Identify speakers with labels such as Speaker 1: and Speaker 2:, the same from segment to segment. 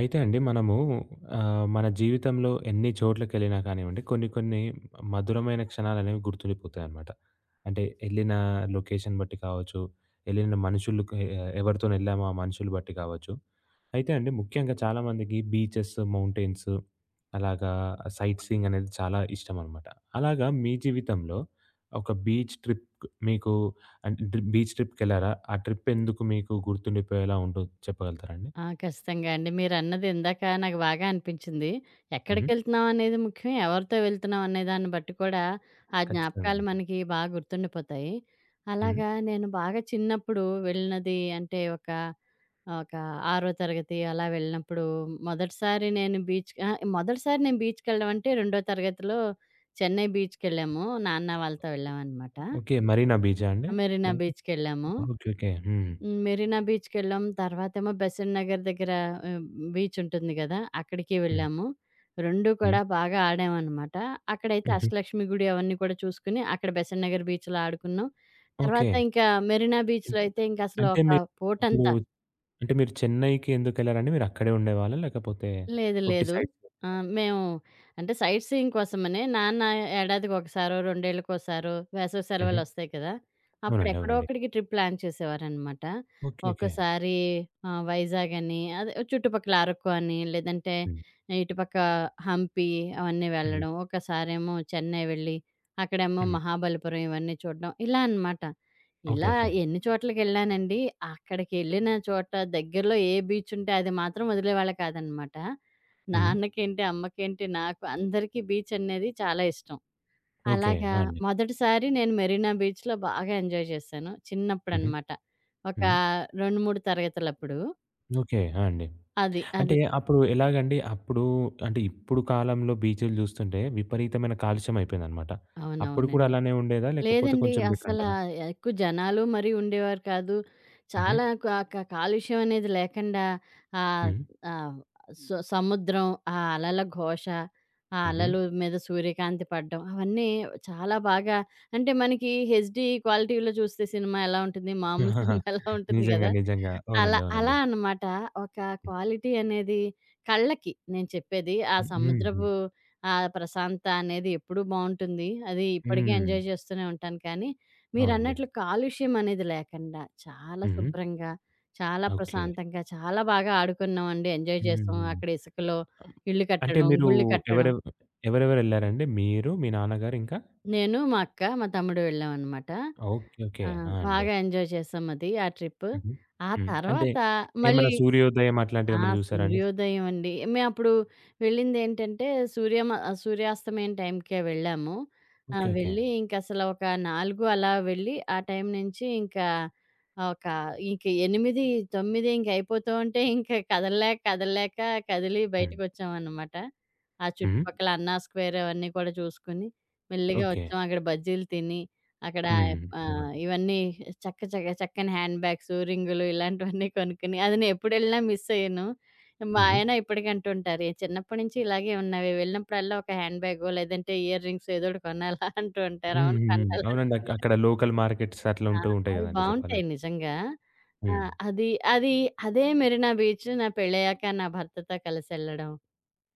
Speaker 1: అయితే అండి మనము మన జీవితంలో ఎన్ని చోట్లకెళ్ళినా కానివ్వండి, కొన్ని కొన్ని మధురమైన క్షణాలనేవి గుర్తుండిపోతాయనమాట. అంటే ఎళ్ళిన లొకేషన్ బట్టి కావచ్చు, ఎళ్ళిన మనుషులుకి ఎవరితోని ఎళ్ళామో ఆ మనుషులు బట్టి కావచ్చు. అయితే అండి ముఖ్యంగా చాలామందికి బీచెస్, మౌంటైన్స్ అలాగా సైట్ సీయింగ్ అనేది చాలా ఇష్టమనమాట. అలాగా మీ జీవితంలో ఒక బీచ్ ట్రిప్ మీకు అంటే బీచ్ ట్రిప్‌కెళ్లారా? ఆ ట్రిప్ ఎందుకు మీకు గుర్తుండిపోయేలా ఉంటో చెప్పగలుగుతారా అండి?
Speaker 2: ఆ! ఖచ్చితంగా అండి. మీరన్నది ఇందాక నాకు బాగా అనిపించింది.
Speaker 1: హుహు.
Speaker 2: ఎక్కడికెళ్తున్నాం అనేది ముఖ్యం, ఎవరితో వెళ్తున్నాం అనే దాన్ని బట్టి కూడా ఆ
Speaker 1: ఖచ్చితంగా
Speaker 2: జ్ఞాపకాలు
Speaker 1: అండి.
Speaker 2: మనకి బాగా గుర్తుండిపోతాయి.
Speaker 1: హ్మ్.
Speaker 2: అలాగా నేను బాగా చిన్నప్పుడు వెళ్ళినది అంటే ఒక ఒక ఆరో తరగతి అలా వెళ్ళినప్పుడు మొదటిసారి నేను బీచ్ అహా! మొదటిసారి నేను బీచ్‌కెళ్ళడం అంటే రెండో తరగతిలో చెన్నై బీచ్‌కెళ్ళాము. నాన్న వాళ్ళతో వెళ్ళామనమాట.
Speaker 1: ఓకే. 'మరీనా బీచా' అండి?
Speaker 2: మెరీనా
Speaker 1: మనకి
Speaker 2: బీచ్‌కెళ్ళాము.
Speaker 1: ఓకే. ఓకే. హ్మ్.
Speaker 2: హ్మ్. మెరీనా బీచ్‌కెళ్ళాం. తర్వాతేమో బెసంత్ నగర్ దగ్గర ఆహ్, బీచ్ ఉంటుంది గదా! అక్కడికి
Speaker 1: హ్మ్.
Speaker 2: వెళ్ళాము. 2
Speaker 1: హ్మ్.
Speaker 2: కూడా బాగా ఆడామనమాట. అక్కడైతే
Speaker 1: హుహు.
Speaker 2: అష్టలక్ష్మి గుడి అవన్నీ కూడా చూసుకొని, అక్కడ బెసంత్ నగర్ బీచ్‌లో ఆడుకున్నాం.
Speaker 1: ఓకే.
Speaker 2: తర్వాత ఇంకా మెరీనా బీచ్‌లో అయితే ఇంకసలు
Speaker 1: అంటే
Speaker 2: ఒక
Speaker 1: మీరు అప్పుడు
Speaker 2: పూటంతా
Speaker 1: అంటే మీరు చెన్నైకి ఎందుకెళ్లారండి? మీరు అక్కడే ఉండేవాళ్ళా? లేకపోతే
Speaker 2: లేదు.
Speaker 1: ఒట్టి
Speaker 2: లేదు.
Speaker 1: సైట్
Speaker 2: ఆ! మేము అంటే సైట్ సీయింగ్ కోసమనే నాన్న ఏడాదికొకసారో, రెండేళ్ళకోసారో వేసవి
Speaker 1: హుహు.
Speaker 2: సెలవులొస్తాయి కదా! అప్పుడు
Speaker 1: అవునండి.
Speaker 2: ఎక్కడో
Speaker 1: అవునండి.
Speaker 2: అక్కడికి ట్రిప్ ప్లాన్ చేసేవారనమాట.
Speaker 1: ఓకే. ఓకే.
Speaker 2: ఒక్కోసారి వైజాగ్ అని అదే చుట్టుపక్కల అరకు అని, లేదంటే
Speaker 1: హ్మ్.
Speaker 2: ఇటుపక్క హంపి అవన్నీ
Speaker 1: హ్మ్.
Speaker 2: వెళ్ళడం. ఒకసారేమో చెన్నై వెళ్ళి, అక్కడేమో
Speaker 1: హ్మ్.
Speaker 2: మహాబలిపురం ఇవన్నీ చూడడం. ఇలా అనమాట.
Speaker 1: ఓకే.
Speaker 2: ఇలా
Speaker 1: ఓకే.
Speaker 2: ఎన్ని చోట్లకెళ్ళానండి. అక్కడికెళ్ళిన చోట దగ్గరలో ఏ బీచుంటే అది మాత్రం వదిలేవాళ్ళు కాదనమాట.
Speaker 1: హ్మ్.
Speaker 2: నాన్నకేంటి, అమ్మకేంటి, నాకు అందరికీ బీచ్ అనేది చాలా ఇష్టం.
Speaker 1: ఓకే.
Speaker 2: అలాగా
Speaker 1: ఆ! అండి.
Speaker 2: మొదటిసారి నేను మెరీనా బీచ్‌లో బాగా ఎంజాయ్ చేశాను.
Speaker 1: హుహు.
Speaker 2: చిన్నప్పుడనమాట. ఒక
Speaker 1: హ్మ్.
Speaker 2: 2, 3 తరగతులప్పుడు.
Speaker 1: ఓకే. ఆ! అండి.
Speaker 2: అది.
Speaker 1: అంటే
Speaker 2: అది.
Speaker 1: అప్పుడు ఎలాగండి? అప్పుడు అంటే ఇప్పుడు కాలంలో బీచులు జూస్తుంటే విపరీతమైన కాలుష్యం అయిపోయిందనమాట. అప్పుడు కూడా
Speaker 2: అవునవునండి.
Speaker 1: అలానే ఉండేదా? లేకపోతే
Speaker 2: లేదండి.
Speaker 1: కొంచెం బెటర్
Speaker 2: అసల
Speaker 1: అంటారా?
Speaker 2: ఎక్కువ జనాలు మరి ఉండేవారు కాదు.
Speaker 1: హుహు.
Speaker 2: చాలా క క కాలుష్యం అనేది లేకండా ఆహ్,
Speaker 1: హ్మ్.
Speaker 2: ఆహ్, సముద్రం, ఆ అలల ఘోష, ఆ
Speaker 1: హుహు.
Speaker 2: అలలు మీద సూర్యకాంతి పడడం అవన్నీ చాలా బాగా అంటే మనకి హెచ్‌డీ క్వాలిటీలో చూస్తే సినిమా ఎలా ఉంటుంది, మామూలు సినిమా ఎలా ఉంటుంది
Speaker 1: నిజంగా.
Speaker 2: గదా!
Speaker 1: నిజంగా.
Speaker 2: అలా
Speaker 1: అవునండి. అవునండి.
Speaker 2: అలా అనమాట. ఒక క్వాలిటీ అనేది కళ్ళకి నేను చెప్పేది. ఆ
Speaker 1: హ్మ్. హ్మ్.
Speaker 2: సముద్రపు ఆ ప్రశాంతత అనేది ఎప్పుడూ బావుంటుంది. అది ఇప్పటికీ
Speaker 1: హ్మ్.
Speaker 2: ఎంజాయ్ చేస్తూనే ఉంటాను కానీ
Speaker 1: అవునండి.
Speaker 2: మీరన్నట్లు కాలుష్యం అనేది లేకండా చాలా
Speaker 1: హుహు.
Speaker 2: శుభ్రంగా, చాలా
Speaker 1: ఓకే.
Speaker 2: ప్రశాంతంగా, చాలా బాగా ఆడుకున్నామండి. ఎంజాయ్ చేసాం.
Speaker 1: హ్మ్.
Speaker 2: అక్కడ ఇసుకలో
Speaker 1: అం
Speaker 2: ఇల్లు
Speaker 1: అంటే
Speaker 2: కట్టడం,
Speaker 1: మీరు
Speaker 2: గుళ్ళు కట్టడం.
Speaker 1: ఎవరెవ ఎవరెవరెళ్లారండి? మీరు, మీ నాన్నగారు ఇంకా?
Speaker 2: నేను, మా అక్క, మా తమ్ముడు వెళ్ళామనమాట.
Speaker 1: ఓకే. ఓకే.
Speaker 2: ఆ!
Speaker 1: ఆ! అండి.
Speaker 2: బాగా ఎంజాయ్ చేసాం అది ఆ ట్రిప్పు.
Speaker 1: హుహు.
Speaker 2: ఆ
Speaker 1: హ్మ్. అంటే
Speaker 2: తర్వాత
Speaker 1: ఏమైనా
Speaker 2: మళ్ళీ
Speaker 1: సూర్యోదయం
Speaker 2: ఆ!
Speaker 1: అట్లాంటివేమైనా జూసారా అండి?
Speaker 2: సూర్యోదయం అండి. మేమప్పుడు వెళ్ళిందేంటంటే సూర్యాస్తమయం టైంకే వెళ్ళాము. ఆ!
Speaker 1: ఓకే. ఓకే.
Speaker 2: వెళ్ళి ఇంకసలు ఒక 4 అలా వెళ్ళి, ఆ టైం నుంచి ఇంకా ఒక ఇంక 8, 9 ఇంకయిపోతూ ఉంటే ఇంక కదలలేక కదిలి
Speaker 1: హ్మ్.
Speaker 2: బయటకొచ్చామనమాట. ఆ
Speaker 1: హ్మ్.
Speaker 2: చుట్టుపక్కల అన్నా స్క్వేర్ అవన్నీ కూడా చూసుకొని, మెల్లిగా
Speaker 1: ఓకే.
Speaker 2: వచ్చాం. అక్కడ బజ్జీలు తిని, అక్కడ
Speaker 1: హ్మ్. అవునండి.
Speaker 2: ఇవన్నీ చక్క చక్క చక్కని హ్యాండ్ బ్యాగ్స్, రింగులు ఇలాంటివన్నీ కొనుక్కొని అది నేనెప్పుడెళ్ళినా మిస్ అయ్యను. మా
Speaker 1: హుహు.
Speaker 2: ఆయన ఇప్పటికి అంటుంటారు, "ఏ చిన్నప్పటి నుంచి ఇలాగే ఉన్నావే వెళ్ళినప్పుడల్లా ఒక హ్యాండ్ బ్యాగో లేదంటే ఇయర్ రింగ్స్ ఏదో ఒకటి కొనాలా" అంటూ ఉంటారు.
Speaker 1: హ్మ్.
Speaker 2: అవును
Speaker 1: హ్మ్. అవునండి.
Speaker 2: కొనాలంటూ ఉంటారు.
Speaker 1: అక్కడ లోకల్ మార్కెట్స్ అట్లా
Speaker 2: ఆ!
Speaker 1: ఉంటూ ఉంటాయి
Speaker 2: అవి
Speaker 1: గదండీ
Speaker 2: బావుంటాయి
Speaker 1: జెప్పాలంటే.
Speaker 2: నిజంగా. ఆ!
Speaker 1: హ్మ్.
Speaker 2: అది అది అదే మెరీనా బీచ్ నా పెళ్ళయ్యాక నా భర్తతో కలిసెళ్ళడం.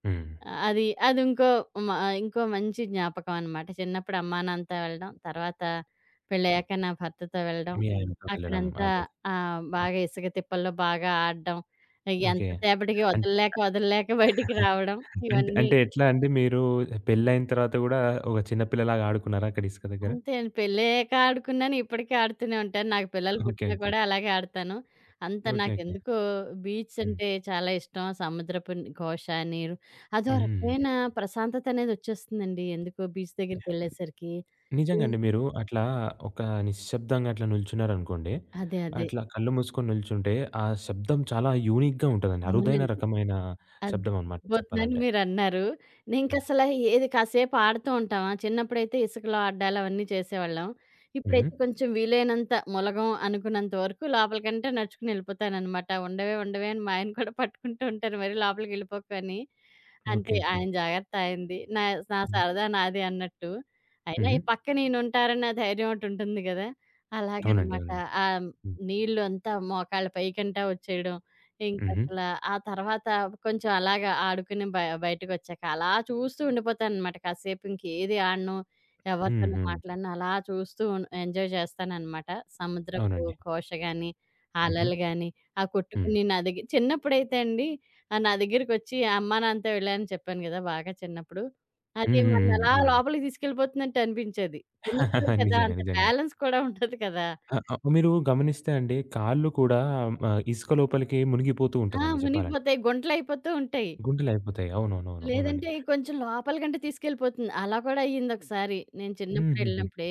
Speaker 1: హ్మ్.
Speaker 2: ఆ! అదింకో మా ఇంకో మంచి జ్ఞాపకం అన్నమాట. చిన్నప్పుడు అమ్మా, నాన్నతో వెళ్ళడం. తర్వాత పెళ్ళయ్యాక నా భర్తతో వెళ్ళడం.
Speaker 1: మీ ఆయనతో వెళ్ళడం
Speaker 2: అక్కడంతా
Speaker 1: అదే.
Speaker 2: బాగా ఇసుక తిప్పల్లో బాగా ఆడడం.
Speaker 1: ఓకే.
Speaker 2: ఎంతసేపటికి
Speaker 1: అన్
Speaker 2: వదలలేక బయటికి రావడం.
Speaker 1: అంటే
Speaker 2: ఇవన్నీ
Speaker 1: అంటే ఎట్లా అండి మీరు పెళ్లయిన తర్వాత గూడా ఒక చిన్న పిల్లలాగా ఆడుకున్నారా అక్కడ ఇసుక దగ్గర?
Speaker 2: అంతే అండి. పెళ్ళయ్యాక ఆడుకున్నాను, ఇప్పటికీ ఆడుతూనే ఉంటాను. నాకు పిల్లలు
Speaker 1: ఓకే.
Speaker 2: పుట్టినా
Speaker 1: ఓకే.
Speaker 2: కూడా అలాగే ఆడతాను. అంత
Speaker 1: ఓకే. ఓకే.
Speaker 2: నాకెందుకో బీచ్
Speaker 1: హ్మ్.
Speaker 2: అంటే చాలా ఇష్టం. సముద్రపు ఘోష, నీరు అదో రకమైన
Speaker 1: హుహుహుహు.
Speaker 2: ప్రశాంతత అనేదొచ్చేస్తుందండి. ఎందుకో బీచ్ దగ్గరికెళ్ళేసరికి. హ్మ్.
Speaker 1: నిజంగండి మీరు అట్లా ఒక నిశ్శబ్దంగా అట్లా నిల్చున్నారనుకోండి,
Speaker 2: అదే.
Speaker 1: అట్లా కళ్ళు మూసుకొని నిల్చుంటే ఆ శబ్దం చాలా యూనిక్‌గా ఉంటదండి. అరుదైన
Speaker 2: అవునండి.
Speaker 1: రకమైన
Speaker 2: అద్దె
Speaker 1: శబ్దం అనమాట
Speaker 2: పోతుందని
Speaker 1: చెప్పాలంటే.
Speaker 2: మీరన్నారు.
Speaker 1: హ్మ్.
Speaker 2: నేనింకసల ఏది కాసేపు ఆడుతూ ఉంటామా, చిన్నప్పుడైతే ఇసుకలో ఆడ్డాలు అవన్నీ చేసేవాళ్ళం.
Speaker 1: హ్మ్.
Speaker 2: ఇప్పుడైతే కొంచెం వీలైనంత ములగం అనుకున్నంత వరకు లోపలికంటే నడుచుకుని యెళ్ళిపోతాననమాట. ఉండవే అని మా ఆయన కూడా పట్టుకుంటూ ఉంటారు మరి లోపలికెళ్ళిపోకు అని. అంటే
Speaker 1: ఓకే. ఓకే.
Speaker 2: ఆయన జాగ్రత్త ఆయనది. నా నా
Speaker 1: హ్మ్.
Speaker 2: సరదా నాది అన్నట్టు. అయినా
Speaker 1: హ్మ్.
Speaker 2: ఈ పక్కనేనుంటారన్న ధైర్యం ఒకటుంటుంది గదా!
Speaker 1: అవునండి.
Speaker 2: అలాగనమాట.
Speaker 1: అవునండి.
Speaker 2: ఆ
Speaker 1: హ్మ్.
Speaker 2: నీళ్ళు అంతా మోకాళ్ళ పైకంటా వచ్చేయడం.
Speaker 1: హుహు.
Speaker 2: ఇంకసల ఆ తర్వాత కొంచెం అలాగా ఆడుకుని బయటకొచ్చాక అలా చూస్తూ ఉండిపోతాననమాట. కాసేపు ఇంకేది ఆడను,
Speaker 1: హ్మ్.
Speaker 2: ఎవరితోనూ
Speaker 1: హ్మ్.
Speaker 2: మాట్లాడను అలా చూస్తూ ఎంజాయ్ చేస్తాననమాట. సముద్రపు
Speaker 1: అవునండి.
Speaker 2: ఘోష గాని,
Speaker 1: హుహు.
Speaker 2: అలలు గాని, ఆ
Speaker 1: హ్మ్.
Speaker 2: కొట్టుకుని నదికి చిన్నప్పుడైతే అండి నా దగ్గరికొచ్చి అమ్మా నాన్నతో వెళ్ళానని చెప్పాను గదా! బాగా చిన్నప్పుడు. అది
Speaker 1: హ్మ్. హ్మ్. హ్మ్.
Speaker 2: మన్నలా
Speaker 1: అవునండి.
Speaker 2: లోపలికి తీసుకెళ్ళిపోతున్నట్టు అనిపించేది. చిన్న పిల్లలు కదా!
Speaker 1: నిజంగా.
Speaker 2: అంత
Speaker 1: నిజంగా.
Speaker 2: బ్యాలెన్స్ కూడా ఉండదు కదా!
Speaker 1: అ అ మీరు గమనిస్తే అండి కాళ్ళు కూడా ఇసుక లోపలికి మునిగిపోతూ
Speaker 2: ఆ!
Speaker 1: ఉంటదండి చెప్పాలంటే.
Speaker 2: మునిగిపోతాయి. గుంటలయిపోతూ ఉంటాయి.
Speaker 1: గుంటలు అయిపోతాయి. అవునవునవును. అవునండి.
Speaker 2: లేదంటే కొంచెం లోపలికంటే తీసుకెళ్ళిపోతుంది. అలా కూడా హ్మ్ అయ్యిందొకసారి. నేను
Speaker 1: హుహుహు.
Speaker 2: చిన్నప్పుడెళ్ళినప్పుడే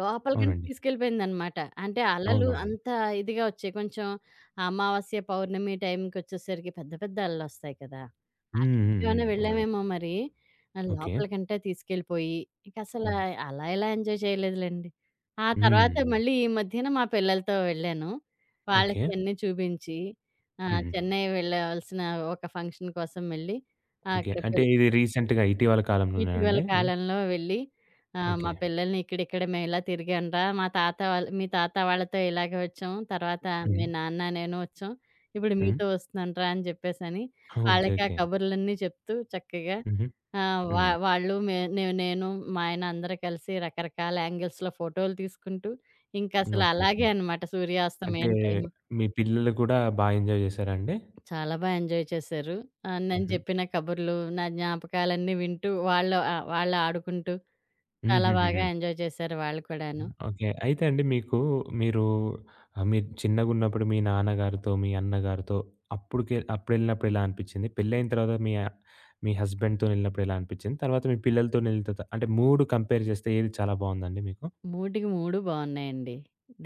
Speaker 2: లోపలికంటే
Speaker 1: అవునండి.
Speaker 2: తీసుకెళ్ళిపోయిందనమాట. అంటే అలలు
Speaker 1: అవునవును.
Speaker 2: అంత ఇదిగా వచ్చాయి. కొంచెం అమావాస్య, పౌర్ణమి టైంకొచ్చేసరికి పెద్ద పెద్ద అలలొస్తాయి కదా! ఆ
Speaker 1: హ్మ్.
Speaker 2: టైంకి
Speaker 1: హ్మ్.
Speaker 2: ఏమైనా
Speaker 1: హ్మ్. అవునండి.
Speaker 2: వెళ్ళామేమో మరి.
Speaker 1: ఓకే.
Speaker 2: లోపలికంటే తీసుకెళ్ళిపోయి ఇంకసల
Speaker 1: హ్మ్.
Speaker 2: అలా ఎలా ఎంజాయ్ చేయలేదులెండి. ఆ తర్వాత
Speaker 1: హ్మ్.
Speaker 2: మళ్ళీ ఈ మధ్యన మా పిల్లలతో వెళ్ళాను.
Speaker 1: ఓకే.
Speaker 2: వాళ్ళకి అన్నీ చూపించి
Speaker 1: హుహు.
Speaker 2: చెన్నై వెళ్ళాల్సిన ఒక ఫంక్షన్ కోసం వెళ్ళి ఆ!
Speaker 1: ఓకే.
Speaker 2: అక్కడ
Speaker 1: అంటే
Speaker 2: పిల్
Speaker 1: ఇది రీసెంట్‌గా ఇటీవల కాలంలోనేనా
Speaker 2: ఇటీవల
Speaker 1: అండి ఇది?
Speaker 2: కాలంలో వెళ్ళి మా
Speaker 1: ఓకే.
Speaker 2: పిల్లల్ని ఇక్కడిక్కడ మేము ఇలా తిరిగాంరా. మా తాత వాళ్ళ మీ తాత వాళ్ళతో ఇలాగే వచ్చాం. తర్వాత మీ
Speaker 1: హ్మ్.
Speaker 2: నాన్న నేను వచ్చాం. ఇప్పుడు
Speaker 1: హ్మ్.
Speaker 2: మీతో వస్తున్నానురా అని చెప్పేసని,
Speaker 1: ఓకే.
Speaker 2: వాళ్ళకి ఆ
Speaker 1: ఓకే.
Speaker 2: కబుర్లన్నీ చెప్తూ చక్కగా
Speaker 1: హుహు.
Speaker 2: ఆహ్, వా
Speaker 1: హ్మ్.
Speaker 2: వాళ్ళు మే నే నేను మా ఆయన అందరూ కలిసి రకరకాల యాంగిల్స్‌లో ఫోటోలు తీసుకుంటూ, ఇంకసలు
Speaker 1: ఓకే. ఓకే.
Speaker 2: అలాగే అన్నమాట
Speaker 1: అంటే
Speaker 2: సూర్యాస్తమయం టైము.
Speaker 1: మీ పిల్లలు కూడా బా ఎంజాయ్ చేశారా అండి?
Speaker 2: చాలా బా ఎంజాయ్ చేశారు. నేను
Speaker 1: హుహు.
Speaker 2: చెప్పిన కబుర్లు, నా జ్ఞాపకాలన్నీ వింటూ వాళ్ళు వాళ్ళు ఆడుకుంటూ చాలా బాగా
Speaker 1: హుహుహుహు.
Speaker 2: ఎంజాయ్ చేశారు వాళ్ళు కూడాను.
Speaker 1: ఓకే. అయితే అండి మీకు మీరు మీరు చిన్నగున్నప్పుడు మీ నాన్నగారితో, మీ అన్నగారితో అప్పుడెళ్ళినప్పుడు ఎలా అనిపిచ్చింది? పెళ్లయిన తర్వాత మీ మీ హస్బెండ్‌తోనెళ్ళినప్పుడు ఎలా అనిపిచ్చింది? తర్వాత మీ పిల్లలతోనెళ్తే త అంటే 3 కంపేర్ చేస్తే ఏది చాలా బావుందండి మీకు?
Speaker 2: 3కి 3 బావున్నాయండి.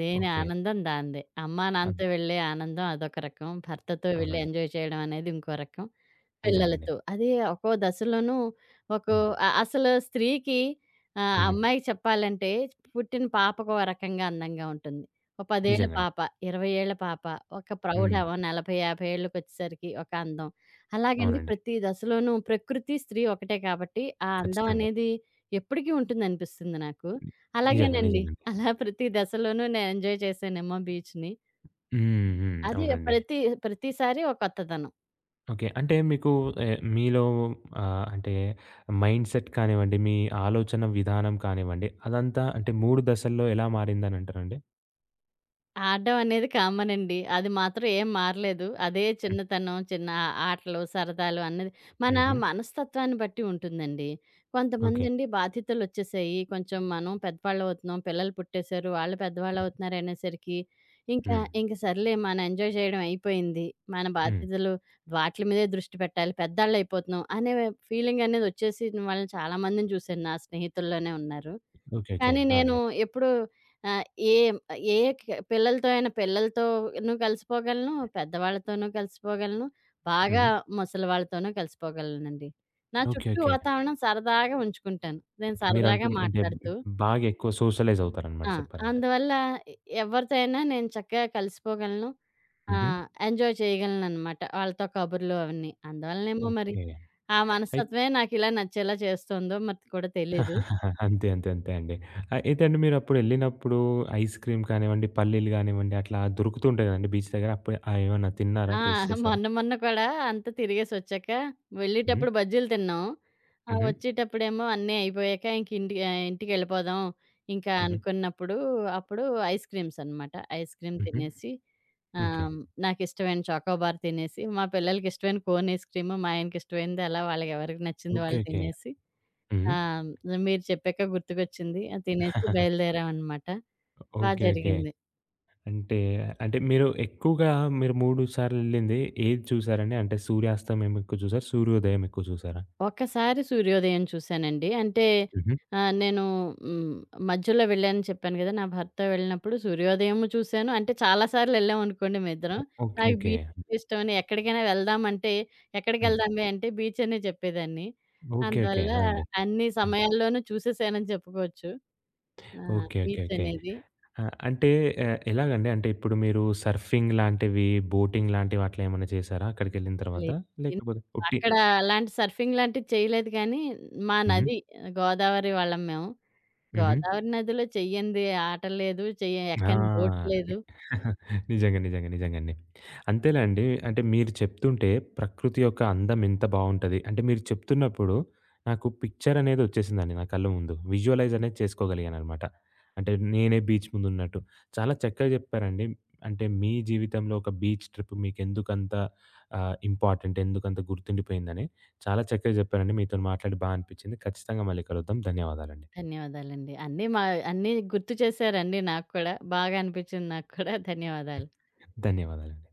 Speaker 2: దేని
Speaker 1: ఓకే.
Speaker 2: ఆనందం దానిదే. అమ్మా, నాన్నతో
Speaker 1: అంతే.
Speaker 2: వెళ్ళే ఆనందం అదొక రకం. భర్తతో వెళ్ళి
Speaker 1: అవునండి.
Speaker 2: ఎంజాయ్ చేయడం అనేది ఇంకో రకం.
Speaker 1: నిజంగండి.
Speaker 2: పిల్లలతో. అది ఒక్కో దశలోనూ ఒక్కో
Speaker 1: హ్మ్.
Speaker 2: అ అసలు స్త్రీకి
Speaker 1: హ్మ్.
Speaker 2: అమ్మాయికి చెప్పాలంటే పుట్టిన పాపకో రకంగా అందంగా ఉంటుంది. ఒక 10 ఏళ్ల
Speaker 1: నిజంగండి.
Speaker 2: పాప, 20 ఏళ్ల పాప, ఒక ప్రౌఢ
Speaker 1: హ్మ్.
Speaker 2: ఓ 40, 50 ఏళ్ళకొచ్చేసరికి ఒక అందం. అలాగండి
Speaker 1: అవునండి.
Speaker 2: ప్రతి దశలోనూ ప్రకృతి, స్త్రీ ఒకటే కాబట్టి ఆ అందం
Speaker 1: ఖచ్చితంగా.
Speaker 2: అనేది ఎప్పటికీ ఉంటుందనిపిస్తుంది నాకు.
Speaker 1: నిజంగా.
Speaker 2: అలాగేనండి.
Speaker 1: నిజంగండి.
Speaker 2: అలా ప్రతి దశలోనూ నేను ఎంజాయ్ చేశానేమో బీచ్‌ని.
Speaker 1: హ్మ్. హ్మ్.
Speaker 2: అది
Speaker 1: అవునండి.
Speaker 2: ప్రతి ప్రతిసారి ఒక కొత్తదనం.
Speaker 1: ఓకే. అంటే మీకు మీలో అంటే మైండ్‌సెట్ కానివ్వండి, మీ ఆలోచన విధానం కానివ్వండి, అదంతా అంటే 3 దశల్లో ఎలా మారిందనంటారండి?
Speaker 2: ఆడడం అనేది కామన్ అండి. అది మాత్రం ఏం మారలేదు. అదే
Speaker 1: హ్మ్.
Speaker 2: చిన్నతనం, ఆటలు, సరదాలు అన్నది మన
Speaker 1: హుహు.
Speaker 2: మనస్తత్వాన్ని బట్టి ఉంటుందండి.
Speaker 1: ఓకే.
Speaker 2: కొంతమందండి బాధ్యతలొచ్చేసాయి. కొంచెం మనం పెద్దవాళ్ళవుతున్నాం. పిల్లలు పుట్టేసారు. వాళ్ళు పెద్దవాళ్ళవుతున్నారు అనేసరికి ఇంకా,
Speaker 1: హ్మ్.
Speaker 2: ఇంక సర్లే మనం ఎంజాయ్ చేయడం అయిపోయింది. మన
Speaker 1: హ్మ్.
Speaker 2: బాధ్యతలు వాట్లి మీదే దృష్టి పెట్టాలి. పెద్దాళ్ళయిపోతున్నాం అనే ఫీలింగనేది వచ్చేసిన వాళ్ళని చాలా మందిని చూశాను. నా స్నేహితుల్లోనే ఉన్నారు.
Speaker 1: ఓకే. ఓకే.
Speaker 2: కానీ
Speaker 1: ఆ!
Speaker 2: నేను
Speaker 1: అండి.
Speaker 2: ఎప్పుడు ఆహ్, ఏ ఏ క- పిల్లలతో అయినా పిల్లలతోనూ కలిసిపోగలను, పెద్దవాళ్ళతోనూ కలిసిపోగలను, బాగా
Speaker 1: హ్మ్.
Speaker 2: ముసలివాళ్ళతోనూ కలిసిపోగలనండి. నా
Speaker 1: ఓకే.
Speaker 2: చుట్టూ
Speaker 1: ఓకే.
Speaker 2: వాతావరణం సరదాగా ఉంచుకుంటాను. నేను సరదాగా
Speaker 1: మీరంటూ అంటే
Speaker 2: మాట్లాడుతూ.
Speaker 1: బాగా ఎక్కువ సోషలైజ్ అవుతారనమాట
Speaker 2: ఆ!
Speaker 1: చెప్పాలంటే.
Speaker 2: అందువల్ల ఎ ఎవరితో అయినా నేను చక్కగా కలిసిపోగలను.
Speaker 1: హుహు.
Speaker 2: ఎంజాయ్ చేయగలననమాట. వాళ్ళతో కబుర్లు అవన్నీ. అందువలనేమో మరి
Speaker 1: ఓకే.
Speaker 2: ఆ
Speaker 1: అయి
Speaker 2: మనస్తత్వమే నాకు ఇలా నచ్చేలా చేస్తుందో మరి కూడా తెలీదు.
Speaker 1: అంతే. అండి. అయితే అండి మీరప్పుడెళ్ళినప్పుడు ఐస్ క్రీమ్ కానివ్వండి, పల్లీలు గానివ్వండి అట్లా దొరుకుతూ ఉంటాయి గదండీ బీచ్ దగ్గర. అప్పుడు ఏమన్నా తిన్నారా?
Speaker 2: ఆ!
Speaker 1: టేస్ట్ చేసారా?
Speaker 2: మొన్న మొన్న కూడా అంతా తిరిగేసొచ్చాక
Speaker 1: హ్మ్.
Speaker 2: వెళ్ళేటప్పుడు బజ్జీలు తిన్నాం.
Speaker 1: హుహు.
Speaker 2: వచ్చేటప్పుడేమో అన్నీ అయిపోయాక ఇంక ఇంటికి ఇంటికెళ్ళిపోదాం. ఇంకా
Speaker 1: హుహు.
Speaker 2: అనుకున్నప్పుడు అప్పుడు ఐస్ క్రీమ్స్ అనమాట. ఐస్ క్రీమ్
Speaker 1: హుహు.
Speaker 2: తినేసి
Speaker 1: ఓకే.
Speaker 2: ఆహ్, నాకిష్టమైన చాకోబార్ తినేసి, మా పిల్లలకిష్టమైన కోన్ ఐస్ క్రీము, మా ఆయనకిష్టమైనది అలా వాళ్ళకెవరికి నచ్చింది
Speaker 1: ఓకే.
Speaker 2: వాళ్ళు
Speaker 1: ఓకే.
Speaker 2: తినేసి
Speaker 1: హ్మ్.
Speaker 2: ఆహ్, మీరు చెప్పాక గుర్తుకొచ్చింది. అది తినేసి బయలుదేరామనమాట. బా
Speaker 1: ఓకే. ఓకే.
Speaker 2: జరిగింది.
Speaker 1: అంటే, అంటే మీరు ఎక్కువగా మీరు 3 సార్లెళ్ళింది ఏది చూసారండి? అంటే సూర్యాస్తమయం ఎక్కువ చూసారా? సూర్యోదయం ఎక్కువ చూసారా?
Speaker 2: ఒక్కసారి సూర్యోదయం చూశానండి. అంటే
Speaker 1: హుహు.
Speaker 2: ఆహ్, నేను హ్మ్. మధ్యలో వెళ్ళానని చెప్పాను గదా! నా భర్త వెళ్ళినప్పుడు సూర్యోదయం చూశాను. అంటే చాలా సార్లు ఎళ్ళామనుకోండి మేమిద్దరం.
Speaker 1: ఓకే.
Speaker 2: నాకు
Speaker 1: ఓకే.
Speaker 2: బీచ్ ఇష్టమని ఎక్కడికైనా వెళ్దామంటే,
Speaker 1: హ్మ్.
Speaker 2: ఎక్కడికెళ్దామే అంటే బీచ్ అనే చెప్పేదాన్ని. హుహు.
Speaker 1: ఓకే. ఓకే.
Speaker 2: అందువల్ల
Speaker 1: ఆ! అండి.
Speaker 2: అన్ని
Speaker 1: హ్మ్.
Speaker 2: సమయాల్లోనూ చూసేసానని చెప్పుకోవచ్చు. ఆ!
Speaker 1: ఓకే. ఓకే.
Speaker 2: Beach
Speaker 1: okay.
Speaker 2: అనేది.
Speaker 1: అంటే ఎలాగండి? అంటే ఇప్పుడు మీరు సర్ఫింగ్ లాంటివి, బోటింగ్ లాంటివి అట్లా ఏమన్నా చేసారా అక్కడికెళ్ళిన తర్వాత?
Speaker 2: లేదు. నేను
Speaker 1: లేకపోతే ఉట్టి
Speaker 2: అక్కడ అలాంటి సర్ఫింగ్ లాంటిది చేయలేదు కానీ, మా
Speaker 1: హ్మ్.
Speaker 2: నది గోదావరి వాళ్ళం మేము.
Speaker 1: హుహు.
Speaker 2: గోదావరి నదిలో చెయ్యంది ఆట లేదు. చెయ్య ఎక్కని బోట్
Speaker 1: ఆ!
Speaker 2: లేదు.
Speaker 1: నిజంగా. నిజంగా. నిజంగండి. అంతేలేండి. అంటే మీరు చెప్తుంటే ప్రకృతి యొక్క అందం ఎంత బావుంటది. అంటే మీరు చెప్తున్నప్పుడు నాకు పిక్చర్ అనేదొచ్చేసిందండి నా కళ్ళ ముందు. విజువలైజ్ అనేది చేసుకోగలిగాననమాట. అంటే నేనే బీచ్ ముందున్నట్టు. చాలా చక్కగా చెప్పారండి. అంటే మీ జీవితంలో ఒక బీచ్ ట్రిప్ మీకెందుకంత ఇంపార్టెంట్, ఎందుకంత గుర్తుండిపోయిందని చాలా చక్కగా చెప్పారండి. మీతోని మాట్లాడి బా అనిపిచ్చింది. ఖచ్చితంగా మళ్ళీ కలుద్దాం. ధన్యవాదాలండి.
Speaker 2: ధన్యవాదాలండి. అన్నీ గుర్తు చేశారండి నాకు కూడా. బాగా అనిపించింది నాకు కూడా. ధన్యవాదాలు.
Speaker 1: ధన్యవాదాలండి.